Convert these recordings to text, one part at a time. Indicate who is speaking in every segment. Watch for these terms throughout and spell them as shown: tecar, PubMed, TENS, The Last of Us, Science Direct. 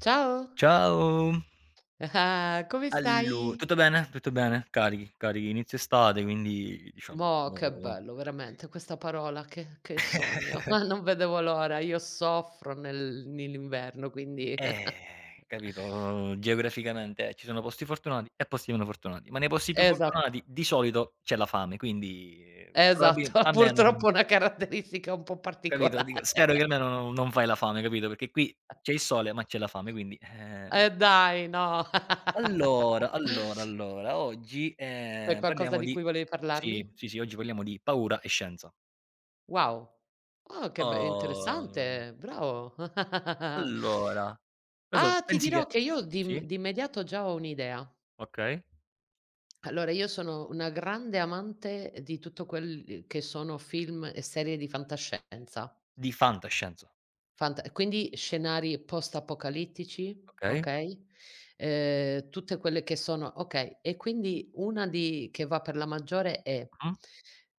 Speaker 1: Ciao,
Speaker 2: Ciao.
Speaker 1: come
Speaker 2: Allo
Speaker 1: stai?
Speaker 2: Tutto bene, tutto bene, carichi, carichi. Inizio estate, quindi diciamo
Speaker 1: Mo' che
Speaker 2: ho
Speaker 1: bello veramente questa parola, che sogno, non vedevo l'ora. Io soffro nell'inverno, quindi
Speaker 2: Capito, geograficamente, ci sono posti fortunati e posti meno fortunati, ma nei posti più
Speaker 1: esatto,
Speaker 2: fortunati di solito c'è la fame, quindi probabil
Speaker 1: esatto,
Speaker 2: almeno,
Speaker 1: purtroppo è una caratteristica un po'
Speaker 2: capito, dico spero che
Speaker 1: particolare.
Speaker 2: almeno no non fai la fame, capito, perché qui c'è il sole, ma c'è la fame, quindi, eh.
Speaker 1: Dai, no.
Speaker 2: Allora, allora, allora, oggi,
Speaker 1: C'è qualcosa
Speaker 2: parliamo
Speaker 1: di
Speaker 2: di
Speaker 1: cui volevi
Speaker 2: sì,
Speaker 1: parlarmi?
Speaker 2: sì, sì, oggi parliamo di paura e scienza.
Speaker 1: Wow, oh che be
Speaker 2: Oh,
Speaker 1: interessante, bravo.
Speaker 2: allora, non so,
Speaker 1: Ah, ti
Speaker 2: pensi
Speaker 1: dirò
Speaker 2: che
Speaker 1: che io di im
Speaker 2: sì?
Speaker 1: di immediato già ho un'idea.
Speaker 2: Okay.
Speaker 1: Allora, io sono una grande amante di tutto quel che sono film e serie di fantascienza.
Speaker 2: Di fantascienza.
Speaker 1: Fant quindi scenari post-apocalittici,
Speaker 2: Okay.
Speaker 1: okay, tutte quelle che sono okay, e quindi una di che va per la maggiore è,
Speaker 2: Mh-mh,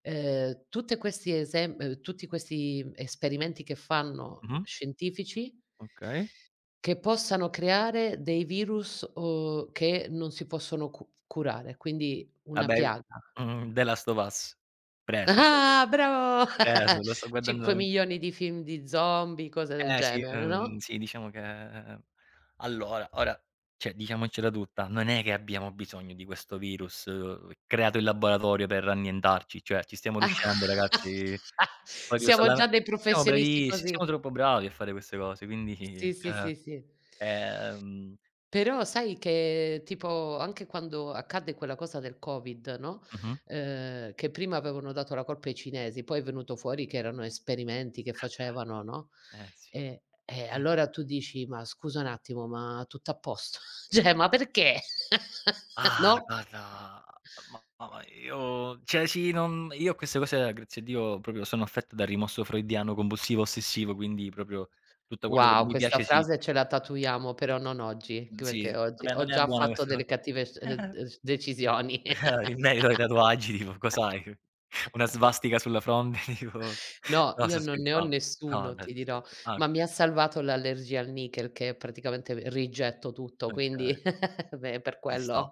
Speaker 1: tutte questi esem tutti questi esperimenti che fanno
Speaker 2: mh-mh.
Speaker 1: scientifici,
Speaker 2: Okay.
Speaker 1: che possano creare dei virus o che non si possono cu curare, quindi una
Speaker 2: Vabbè,
Speaker 1: piaga.
Speaker 2: The Last of Us. Preso, proprio,
Speaker 1: Ah, bravo!
Speaker 2: preso, lo sto guardando
Speaker 1: 5.000.000 di film di zombie, cose del
Speaker 2: eh sì,
Speaker 1: genere, no?
Speaker 2: sì, diciamo che allora, ora, cioè diciamocela tutta, non è che abbiamo bisogno di questo virus creato in laboratorio per annientarci, cioè ci stiamo riuscendo ragazzi. Proprio
Speaker 1: Siamo già
Speaker 2: solame
Speaker 1: dei professionisti così.
Speaker 2: siamo troppo bravi a fare queste cose, quindi
Speaker 1: Sì, sì,
Speaker 2: cioè,
Speaker 1: sì, sì.
Speaker 2: ehm
Speaker 1: Però sai che tipo anche quando accadde quella cosa del Covid, no,
Speaker 2: Mh-mh,
Speaker 1: che prima avevano dato la colpa ai cinesi, poi è venuto fuori che erano esperimenti che facevano, no,
Speaker 2: eh sì.
Speaker 1: e e allora tu dici: "Ma scusa un attimo, ma tutto a posto? Cioè, ma perché?"
Speaker 2: Ah,
Speaker 1: No?
Speaker 2: guarda, ma io cioè sì, non io queste cose, grazie a Dio, proprio sono affetto dal rimorso freudiano compulsivo ossessivo, quindi proprio tutto quello che non
Speaker 1: Wow,
Speaker 2: mi
Speaker 1: questa
Speaker 2: piace sì,
Speaker 1: frase ce la tatuiamo, però non oggi,
Speaker 2: mhmm,
Speaker 1: anche
Speaker 2: sì.
Speaker 1: perché oggi
Speaker 2: Vabbè,
Speaker 1: ho
Speaker 2: non è
Speaker 1: già
Speaker 2: buona
Speaker 1: fatto
Speaker 2: questa co.
Speaker 1: delle cattive s d decisioni.
Speaker 2: In merito ai tatuaggi tipo cos'hai? Una svastica sulla fronte, tipo
Speaker 1: No,
Speaker 2: no,
Speaker 1: io
Speaker 2: sto
Speaker 1: non ne ho
Speaker 2: scherzando. No,
Speaker 1: nessuno,
Speaker 2: dai,
Speaker 1: ti
Speaker 2: sto
Speaker 1: dirò,
Speaker 2: scherza ah,
Speaker 1: ma mi
Speaker 2: okay,
Speaker 1: ha salvato l'allergia al nichel che praticamente rigetto tutto,
Speaker 2: okay.
Speaker 1: quindi beh, per
Speaker 2: Ci sta.
Speaker 1: quello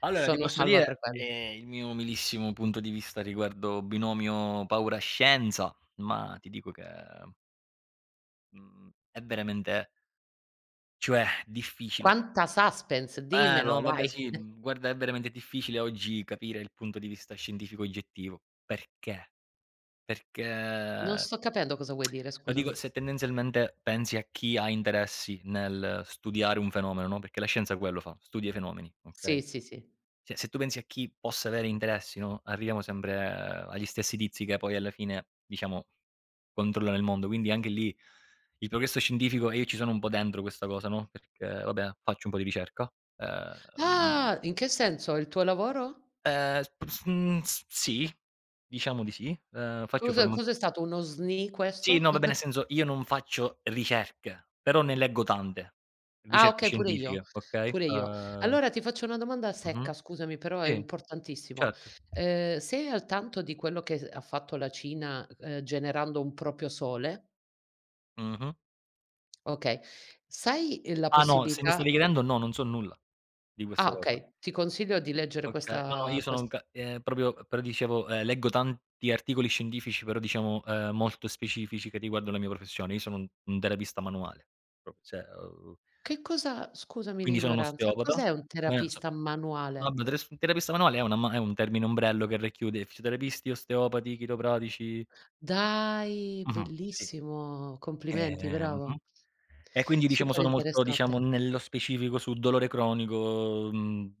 Speaker 2: Allora ti
Speaker 1: sono
Speaker 2: posso
Speaker 1: salva per
Speaker 2: dire,
Speaker 1: quello.
Speaker 2: il mio umilissimo punto di vista riguardo binomio paura-scienza, ma ti dico che, mhmm, è veramente cioè difficile.
Speaker 1: Quanta suspense,
Speaker 2: Eh
Speaker 1: dimmelo
Speaker 2: no, vabbè
Speaker 1: dai.
Speaker 2: sì, guarda è veramente difficile oggi capire il punto di vista scientifico oggettivo. Perché?
Speaker 1: Non
Speaker 2: Perché
Speaker 1: sto capendo cosa vuoi dire,
Speaker 2: lo dico
Speaker 1: scusami.
Speaker 2: se tendenzialmente pensi a chi ha interessi nel studiare un fenomeno, no, perché la scienza quello fa, studia i fenomeni, okay?
Speaker 1: Sì, sì, sì.
Speaker 2: Cioè, se tu pensi a chi possa avere interessi, no, arriviamo sempre agli stessi tizi che poi alla fine, diciamo, controllano il mondo. Quindi anche lì il progresso scientifico e io ci sono un po' dentro questa cosa, no, perché vabbè, faccio un po' di ricerca. Ehm,
Speaker 1: Ah, in che senso? Il tuo lavoro?
Speaker 2: p s s sì, diciamo di sì. Faccio
Speaker 1: Cos'è
Speaker 2: forma
Speaker 1: cos'è stato, uno SNI
Speaker 2: sì,
Speaker 1: questo?
Speaker 2: no, vabbè, nel senso io non faccio ricerche, però ne leggo tante,
Speaker 1: Ah
Speaker 2: ricerche
Speaker 1: okay, pure io,
Speaker 2: scientifiche, okay?
Speaker 1: pure io. Allora ti faccio una domanda
Speaker 2: Mh-mh,
Speaker 1: secca, scusami, però è
Speaker 2: sì,
Speaker 1: importantissimo.
Speaker 2: certo.
Speaker 1: Sei al tanto di quello che s ha fatto la Cina, generando un proprio sole?
Speaker 2: Mh-mh.
Speaker 1: Okay. Sai, la
Speaker 2: Ah no, se mi stavi
Speaker 1: possibilità
Speaker 2: chiedendo no, non so nulla di questa
Speaker 1: ah
Speaker 2: cosa.
Speaker 1: okay, ti consiglio di leggere
Speaker 2: Okay. No, no, io
Speaker 1: questa
Speaker 2: sono un
Speaker 1: questa
Speaker 2: ca proprio però dicevo, leggo tanti articoli scientifici, però diciamo, molto specifici che riguardano la mia professione. Io sono un terapista manuale, proprio cioè,
Speaker 1: che cosa scusami
Speaker 2: quindi sono un
Speaker 1: l'ignoranza,
Speaker 2: osteopata.
Speaker 1: cos'è un
Speaker 2: So
Speaker 1: terapista
Speaker 2: no,
Speaker 1: manuale?
Speaker 2: vabbè teres terapista manuale è una ma è un termine ombrello che racchiude fisioterapisti, osteopati, chiropratici
Speaker 1: Dai,
Speaker 2: mh-mh, sì.
Speaker 1: bellissimo, complimenti,
Speaker 2: Mh-mh.
Speaker 1: bravo.
Speaker 2: E quindi diciamo
Speaker 1: Super
Speaker 2: sono molto,
Speaker 1: interessante.
Speaker 2: diciamo, nello specifico su dolore cronico, mhmm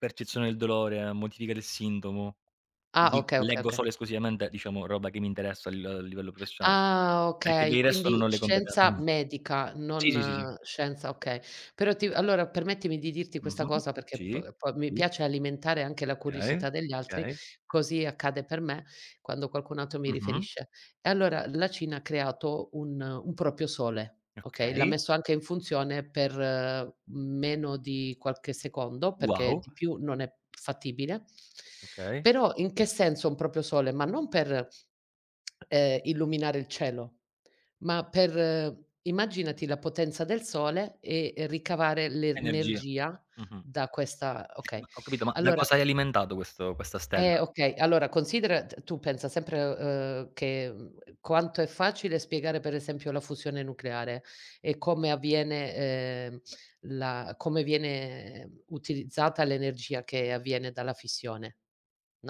Speaker 2: percezione del dolore, modifica del sintomo,
Speaker 1: Ah
Speaker 2: di
Speaker 1: okay, okay,
Speaker 2: leggo
Speaker 1: okay.
Speaker 2: solo e esclusivamente, diciamo, roba che mi interessa a li a livello professionale,
Speaker 1: Ah,
Speaker 2: perché per
Speaker 1: okay,
Speaker 2: il resto non
Speaker 1: quindi
Speaker 2: ho le competen
Speaker 1: scienza
Speaker 2: mh.
Speaker 1: medica,
Speaker 2: Sì, sì, sì, sì.
Speaker 1: non scienza okay. Però ti allora permettimi di dirti questa
Speaker 2: Mh-mh.
Speaker 1: cosa perché
Speaker 2: Sì,
Speaker 1: p poi mi
Speaker 2: sì,
Speaker 1: piace alimentare anche la
Speaker 2: okay,
Speaker 1: curiosità degli altri,
Speaker 2: okay.
Speaker 1: così accade per me quando qualcun altro mi
Speaker 2: Mh-mh.
Speaker 1: riferisce. E allora la Cina ha creato un proprio sole, okay, l'ha
Speaker 2: Okay.
Speaker 1: messo anche in funzione per meno di qualche secondo, perché
Speaker 2: Wow,
Speaker 1: di più non è fattibile.
Speaker 2: okay.
Speaker 1: Però in che senso un proprio sole? Ma non per, illuminare il cielo, ma per immaginati la potenza del sole e ricavare
Speaker 2: Energia.
Speaker 1: l'energia
Speaker 2: Mh-mh.
Speaker 1: da questa okay.
Speaker 2: Ma ho capito, ma da
Speaker 1: Allora
Speaker 2: cosa è alimentato questo questa stella?
Speaker 1: okay. Allora considera t tu pensa sempre, che, quanto è facile spiegare per esempio la fusione nucleare e come avviene, la come viene utilizzata l'energia che avviene dalla fissione,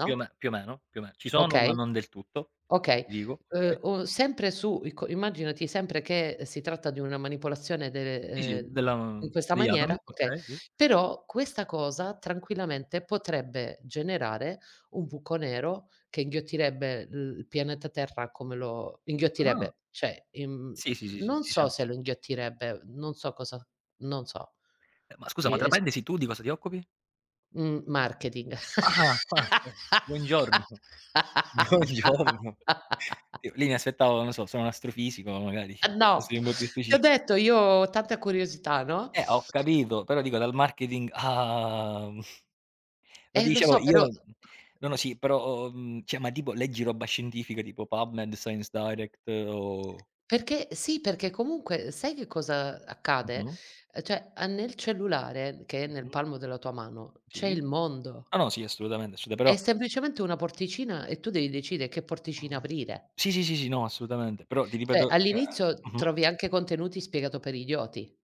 Speaker 2: Più o me più o meno più o me ci sono, ma
Speaker 1: Okay?
Speaker 2: non del tutto,
Speaker 1: Okay.
Speaker 2: ti dico, okay.
Speaker 1: O sempre su ecco, immaginati sempre che si tratta di una manipolazione
Speaker 2: Sì,
Speaker 1: de
Speaker 2: sì,
Speaker 1: ehm,
Speaker 2: della
Speaker 1: in questa
Speaker 2: degli atomi,
Speaker 1: maniera okay.
Speaker 2: okay, sì.
Speaker 1: Però questa cosa tranquillamente potrebbe generare un buco nero che inghiottirebbe il pianeta Terra come lo
Speaker 2: Ah.
Speaker 1: inghiottirebbe, cioè, im
Speaker 2: Sì, sì, sì, sì,
Speaker 1: non
Speaker 2: ci
Speaker 1: so
Speaker 2: siamo.
Speaker 1: se lo inghiottirebbe, non so cosa non so.
Speaker 2: Ma scusa,
Speaker 1: I
Speaker 2: ma tra
Speaker 1: es
Speaker 2: parentesi tu di cosa ti occupi?
Speaker 1: mhmm, marketing.
Speaker 2: Ah, ah, buongiorno, buongiorno. Io lì mi aspettavo, non so, sono un astrofisico magari,
Speaker 1: Ah, no,
Speaker 2: qualcosa un po' più
Speaker 1: ti ho
Speaker 2: specifi
Speaker 1: detto io ho tanta curiosità, no,
Speaker 2: ho capito, però dico dal marketing a lo
Speaker 1: lo
Speaker 2: dicevo
Speaker 1: so però
Speaker 2: io no, no, sì, però, cioè, ma tipo leggi roba scientifica tipo PubMed, Science Direct o
Speaker 1: perché sì, perché comunque sai che cosa accade?
Speaker 2: mh-mh,
Speaker 1: Cioè, a nel cellulare che è nel
Speaker 2: mh-mh,
Speaker 1: palmo della tua mano c'è
Speaker 2: sì.
Speaker 1: il mondo.
Speaker 2: No, no, sì, assolutamente, assoluta
Speaker 1: È
Speaker 2: però
Speaker 1: semplicemente una porticina e tu devi decidere che porticina
Speaker 2: mhmm,
Speaker 1: aprire.
Speaker 2: sì, sì, sì, sì, no, assolutamente, però ti
Speaker 1: Cioè,
Speaker 2: ripeto, cioè
Speaker 1: all'inizio
Speaker 2: mh-mh,
Speaker 1: trovi anche contenuti spiegato per idioti,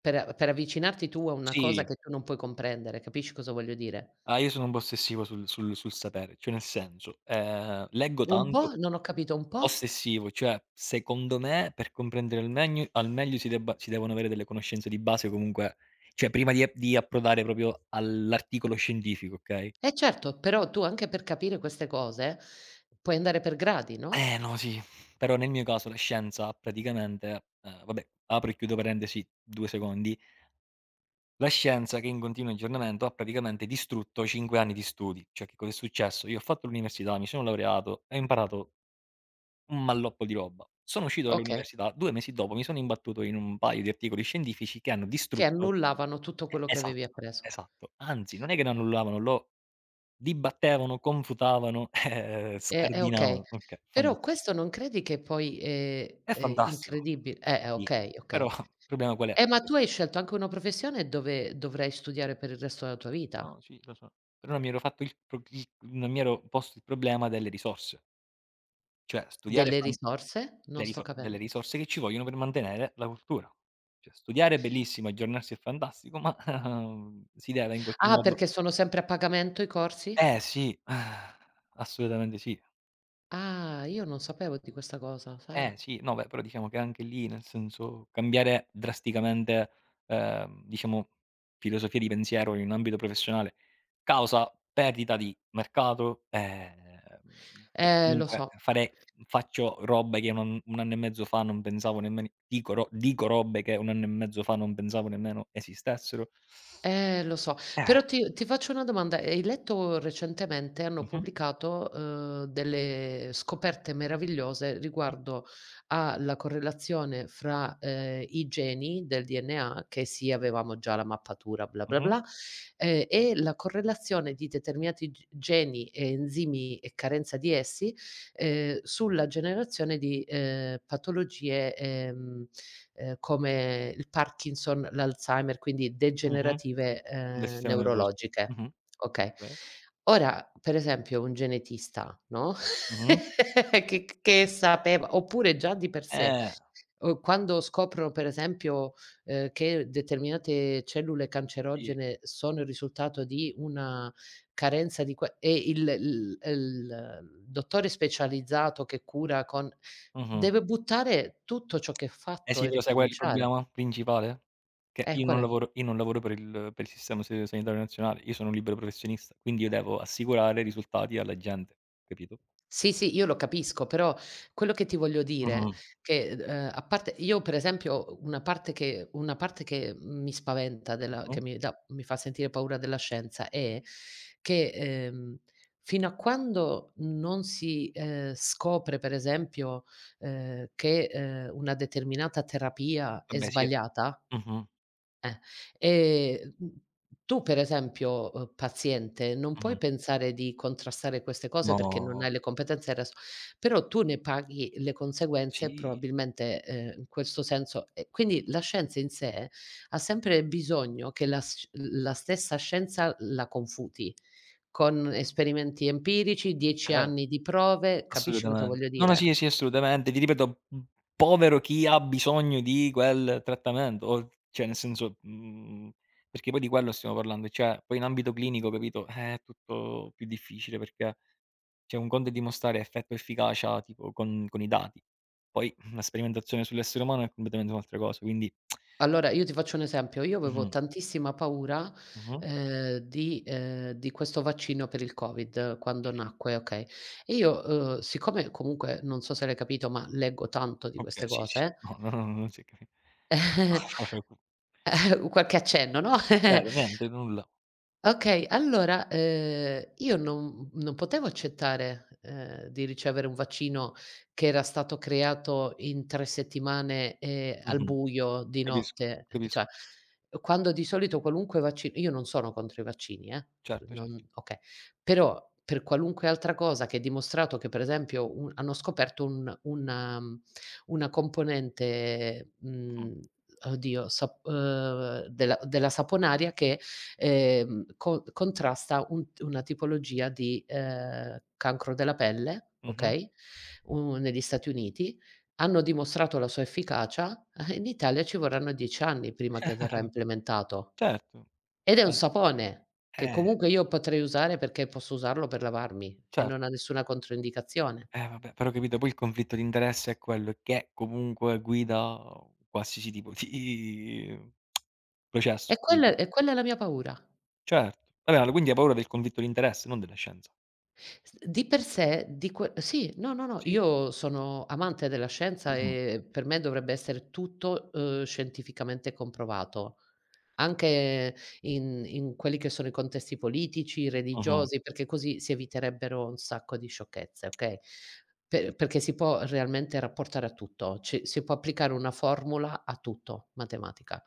Speaker 1: per avvicinarti tu a una cosa
Speaker 2: sì.
Speaker 1: che tu non puoi comprendere, capisci cosa voglio dire?
Speaker 2: Ah, io sono un po' ossessivo sul sapere, cioè nel senso, leggo
Speaker 1: Un po'
Speaker 2: tanto,
Speaker 1: non ho capito un po'?
Speaker 2: ossessivo, cioè secondo me per comprendere al meglio si devono avere delle conoscenze di base comunque, cioè prima di approdare proprio all'articolo scientifico, okay.
Speaker 1: Eh certo, però tu anche per capire queste cose puoi andare per gradi, no,
Speaker 2: Eh no, sì, però nel mio caso la scienza praticamente vabbè, apro e chiudo parentesi 2 secondi, la scienza che è in continuo aggiornamento ha praticamente distrutto 5 anni di studi. Cioè che cosa è successo: io ho fatto l'università, mi sono laureato e ho imparato un malloppo di roba. Sono uscito
Speaker 1: okay,
Speaker 2: dall'università, 2 mesi dopo mi sono imbattuto in un paio di articoli scientifici che hanno
Speaker 1: che
Speaker 2: distrutto.
Speaker 1: annullavano tutto
Speaker 2: E
Speaker 1: quello che avevi
Speaker 2: esatto,
Speaker 1: appreso.
Speaker 2: esatto. Anzi, non è che lo annullavano, lo dibattevano, confutavano,
Speaker 1: E okay.
Speaker 2: scardinavano. Okay,
Speaker 1: Però
Speaker 2: fantas
Speaker 1: questo non credi che poi è
Speaker 2: è
Speaker 1: è
Speaker 2: fantastico.
Speaker 1: incredibi
Speaker 2: Sì,
Speaker 1: okay,
Speaker 2: però
Speaker 1: okay.
Speaker 2: il problema qual è?
Speaker 1: Eh,
Speaker 2: Che
Speaker 1: ma
Speaker 2: poi
Speaker 1: tu hai scelto anche una professione dove dovrai studiare per il resto della tua
Speaker 2: no,
Speaker 1: vita.
Speaker 2: sì, lo so, però non mi ero fatto il pro il non mi ero posto il problema delle risorse. Cioè studiare
Speaker 1: Delle
Speaker 2: fan.
Speaker 1: risorse?
Speaker 2: Le
Speaker 1: Non sto
Speaker 2: riso Delle
Speaker 1: capendo.
Speaker 2: risorse che ci vogliono per mantenere la cultura. Cioè studiare è bellissimo, aggiornarsi è fantastico, ma si deve in qualche
Speaker 1: Ah,
Speaker 2: modo
Speaker 1: perché sono sempre a pagamento i corsi?
Speaker 2: eh sì, assolutamente sì.
Speaker 1: Ah, io non sapevo di questa cosa,
Speaker 2: Eh
Speaker 1: sai?
Speaker 2: sì, no beh, però diciamo che anche lì, nel senso, cambiare drasticamente, diciamo, filosofia di pensiero in un ambito professionale causa perdita di mercato, e
Speaker 1: Lo
Speaker 2: comunque
Speaker 1: so.
Speaker 2: fare faccio robe che non 1 anno e mezzo fa non pensavo nemmeno dico robe che 1 anno e mezzo fa non pensavo nemmeno esistessero.
Speaker 1: Lo so.
Speaker 2: Eh.
Speaker 1: Però ti faccio una domanda: hai letto recentemente hanno
Speaker 2: Mh-mh,
Speaker 1: pubblicato, delle scoperte meravigliose
Speaker 2: mh-mh,
Speaker 1: riguardo alla correlazione fra, i geni del DNA, che sì avevamo già la mappatura bla bla
Speaker 2: mh-mh,
Speaker 1: bla, e la correlazione di determinati g geni e enzimi e carenza di essi, sulla generazione di, patologie, come il Parkinson, l'Alzheimer, quindi
Speaker 2: mh-mh,
Speaker 1: degenerative,
Speaker 2: del sistema nervoso.
Speaker 1: neurologiche.
Speaker 2: Mh-mh,
Speaker 1: Okay.
Speaker 2: okay,
Speaker 1: Ora, per esempio un genetista, no,
Speaker 2: mh-mh.
Speaker 1: che sapeva oppure già di per sé,
Speaker 2: Eh,
Speaker 1: quando scoprono per esempio, che determinate cellule
Speaker 2: sì,
Speaker 1: cancerogene sono il risultato di una carenza di que e il l l il dottore specializzato che cura con
Speaker 2: mh-mh.
Speaker 1: Deve buttare tutto ciò che è
Speaker 2: Eh
Speaker 1: fatto
Speaker 2: sì,
Speaker 1: e
Speaker 2: però sai qual è il
Speaker 1: ricominciare.
Speaker 2: problema principale? Che
Speaker 1: Qual è?
Speaker 2: io non lavoro per il sistema se sanitario nazionale, io sono un libero professionista, quindi io devo assicurare risultati alla gente, capito?
Speaker 1: Sì, sì, io lo capisco, però quello che ti voglio dire
Speaker 2: Mh-mh,
Speaker 1: che, a parte io per esempio una parte che mi spaventa della
Speaker 2: mh-mh.
Speaker 1: che mi fa sentire paura della scienza è che, fino a quando non si, scopre per esempio, che, una determinata terapia è
Speaker 2: Vabbè sì, eh.
Speaker 1: sbagliata
Speaker 2: Mh-mh,
Speaker 1: Eh, ehm, mhmm, tu per esempio, paziente, non puoi
Speaker 2: mh-mh.
Speaker 1: pensare di contrastare queste cose perché non hai
Speaker 2: No,
Speaker 1: le competenze e res però tu ne paghi le conseguenze
Speaker 2: sì,
Speaker 1: probabilmente, in questo senso e quindi la scienza in sé ha sempre bisogno che la stessa scienza la confuti con esperimenti empirici, 10
Speaker 2: cer
Speaker 1: anni di prove, capisci cosa
Speaker 2: assolutamente.
Speaker 1: voglio
Speaker 2: No, no,
Speaker 1: dire?
Speaker 2: sì, sì, assolutamente. Ti ripeto, povero chi ha bisogno di quel trattamento o cioè nel senso, perché poi di quello stiamo parlando, cioè poi in ambito clinico, capito, è tutto più difficile perché. Cioè, un conto è dimostrare effetto e efficacia tipo con i dati. Poi la sperimentazione sull'essere umano è completamente un'altra cosa, quindi
Speaker 1: Allora, io ti faccio un esempio: io avevo
Speaker 2: mh-mh,
Speaker 1: tantissima paura,
Speaker 2: mh-mh,
Speaker 1: di di questo vaccino per il Covid quando
Speaker 2: mh-mh.
Speaker 1: nacque, okay, e io, siccome comunque non so se l'hai capito, ma leggo tanto di
Speaker 2: Okay,
Speaker 1: queste
Speaker 2: sì, sì.
Speaker 1: cose,
Speaker 2: No, no, no, non si è capi
Speaker 1: qualche accenno, no,
Speaker 2: vero, niente, nulla.
Speaker 1: Okay, allora, io non potevo accettare, di ricevere un vaccino che era stato creato in 3 settimane, al
Speaker 2: Mh-mh.
Speaker 1: buio di
Speaker 2: Capisco,
Speaker 1: notte,
Speaker 2: capisco.
Speaker 1: cioè quando di solito qualunque vacci io non sono contro i vaccini,
Speaker 2: Certo,
Speaker 1: non
Speaker 2: certo.
Speaker 1: okay, però per qualunque altra cosa che è dimostrato che per esempio un hanno scoperto una componente,
Speaker 2: Mh.
Speaker 1: oddio, sap della saponaria che co contrasta un una tipologia di, cancro della pelle,
Speaker 2: Mh-mh.
Speaker 1: okay, u negli Stati Uniti. Hanno dimostrato la sua efficacia, in Italia ci vorranno 10 anni prima che verrà implementato.
Speaker 2: Certo,
Speaker 1: Ed è un
Speaker 2: cer
Speaker 1: sapone, che
Speaker 2: eh,
Speaker 1: comunque io potrei usare perché posso usarlo per lavarmi e
Speaker 2: cer
Speaker 1: non ha nessuna controindicazione.
Speaker 2: vabbè, però capito poi il conflitto di interesse è quello, è che comunque guida qualsiasi tipo di
Speaker 1: E
Speaker 2: processo, capito?
Speaker 1: quella e quella è la mia paura.
Speaker 2: Certo. Vabbè, allora quindi hai paura del conflitto di interesse, non della scienza.
Speaker 1: S di per sé, di que sì, no, no, no,
Speaker 2: Sì.
Speaker 1: io sono amante della scienza
Speaker 2: Mh-mh,
Speaker 1: e per me dovrebbe essere tutto, scientificamente comprovato, anche in quelli che sono i contesti politici,
Speaker 2: mh-mh.
Speaker 1: religiosi, perché così si eviterebbero un sacco di sciocchezze, okay,
Speaker 2: Sì.
Speaker 1: perché si può realmente rapportare a tutto, ci si può applicare una formula a tutto, matematica.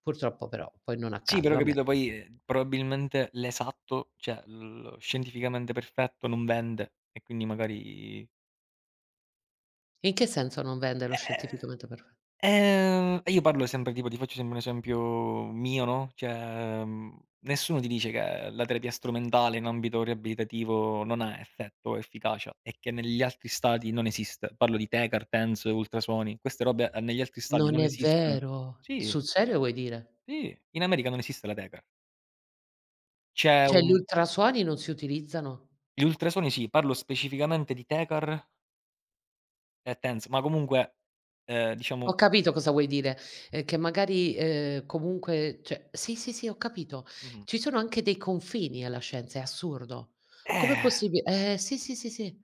Speaker 1: Purtroppo però poi non
Speaker 2: Sì,
Speaker 1: accade,
Speaker 2: però
Speaker 1: vabbè.
Speaker 2: capito poi, probabilmente l'esatto, cioè lo scientificamente perfetto non vende e quindi magari
Speaker 1: In che senso non vende lo
Speaker 2: Eh
Speaker 1: scientificamente perfe
Speaker 2: E io parlo sempre tipo ti faccio sempre un esempio mio, no, cioè, nessuno ti dice che la terapia strumentale in ambito riabilitativo non ha effetto o efficacia e che negli altri stati non esiste. Parlo di tè, cartenze, ultrasuoni, queste robe, negli altri stati
Speaker 1: Non
Speaker 2: non
Speaker 1: è
Speaker 2: esistono.
Speaker 1: vero.
Speaker 2: Sì,
Speaker 1: Sul serio vuoi dire?
Speaker 2: sì, in America non esiste la tecar. C'è
Speaker 1: Cioè gli
Speaker 2: un
Speaker 1: ultrasuoni non si utilizzano?
Speaker 2: gli ultrasuoni sì, parlo specificamente di tecar e TENS, ma comunque, diciamo
Speaker 1: Ho capito cosa vuoi dire, che magari, comunque cioè sì, sì, sì, ho capito.
Speaker 2: mh-mh,
Speaker 1: Ci sono anche dei confini alla scienza, è assurdo. Com'è
Speaker 2: eh,
Speaker 1: possibi sì, sì, sì, sì.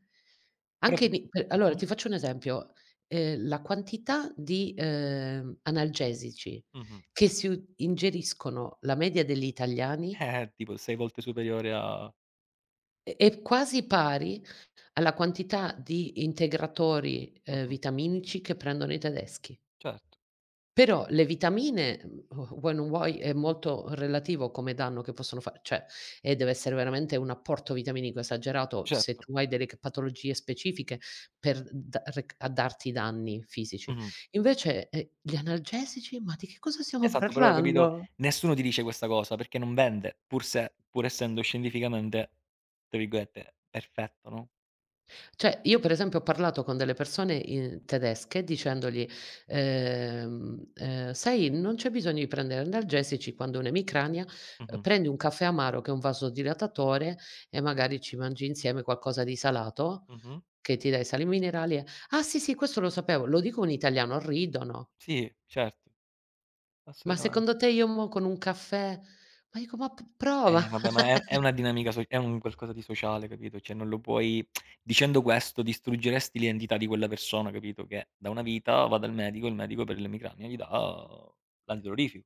Speaker 2: però tu
Speaker 1: Anche mi per allora
Speaker 2: mh-mh,
Speaker 1: ti faccio un esempio, la quantità di, analgesici
Speaker 2: mh-mh.
Speaker 1: che si u ingeriscono la media degli italiani
Speaker 2: Tipo 6 volte superiore a
Speaker 1: è quasi pari Alla quantità di integratori,
Speaker 2: mh-mh,
Speaker 1: vitaminici che prendono i tedeschi.
Speaker 2: certo,
Speaker 1: Però le vitamine, vuoi non vuoi, è molto relativo come danno che possono fa cioè, e deve essere veramente un apporto vitaminico esagerato se
Speaker 2: certo.
Speaker 1: tu hai delle c patologie specifiche per da rec a darti danni fisici.
Speaker 2: Mh-mh.
Speaker 1: Invece, gli analgesici, ma di che cosa stiamo
Speaker 2: Esatto, però capito,
Speaker 1: parlando?
Speaker 2: nessuno ti dice questa cosa perché non vende, pur se pur essendo scientificamente, tra virgolette, "perfetto", no.
Speaker 1: Cioè, io per esempio ho parlato con delle persone in tedesche dicendogli: "Sai, non c'è bisogno di prendere analgesici quando hai un'emicrania,
Speaker 2: Mh-mh,
Speaker 1: prendi un caffè amaro che è un vasodilatatore e magari ci mangi insieme qualcosa di salato
Speaker 2: mh-mh.
Speaker 1: che ti dà i sali minerali e" "Ah sì, sì, questo lo sapevo." Lo dico in italiano, ridono.
Speaker 2: Sì, certo,
Speaker 1: "Ma
Speaker 2: assolutamen.
Speaker 1: secondo te io mo' con un caffè" ma dico: "Ma p prova."
Speaker 2: Vabbè, ma è una dinamica è un qualcosa di sociale, capito, cioè non lo puoi dicendo questo distruggeresti l'identità di quella persona, capito, che da una vita va dal medico, il medico per l'emicrania gli dà l'antidolorifico.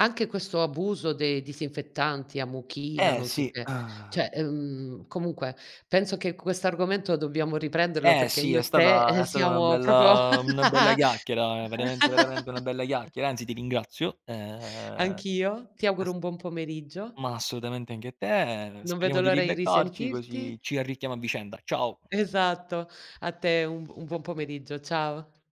Speaker 1: Anche questo abuso dei disinfettanti a mucchina,
Speaker 2: Eh
Speaker 1: non so
Speaker 2: sì.
Speaker 1: che, cioè, comunque penso che quest'argomento dobbiamo riprenderlo
Speaker 2: Eh
Speaker 1: perché
Speaker 2: sì,
Speaker 1: io
Speaker 2: è
Speaker 1: e te,
Speaker 2: stata è stata una
Speaker 1: siamo proprio
Speaker 2: bella una bella chiacchiera, veramente, veramente una bella chiacchiera, anzi ti ringrazio,
Speaker 1: Anch'io, ti auguro
Speaker 2: ass
Speaker 1: un buon pomeriggio.
Speaker 2: ma assolutamente anche te,
Speaker 1: Non
Speaker 2: speriamo
Speaker 1: vedo
Speaker 2: di
Speaker 1: l'ora di
Speaker 2: ribeccarci
Speaker 1: risentirti.
Speaker 2: così ci arricchiamo a vicenda. Ciao.
Speaker 1: Esatto. A te un buon pomeriggio. Ciao.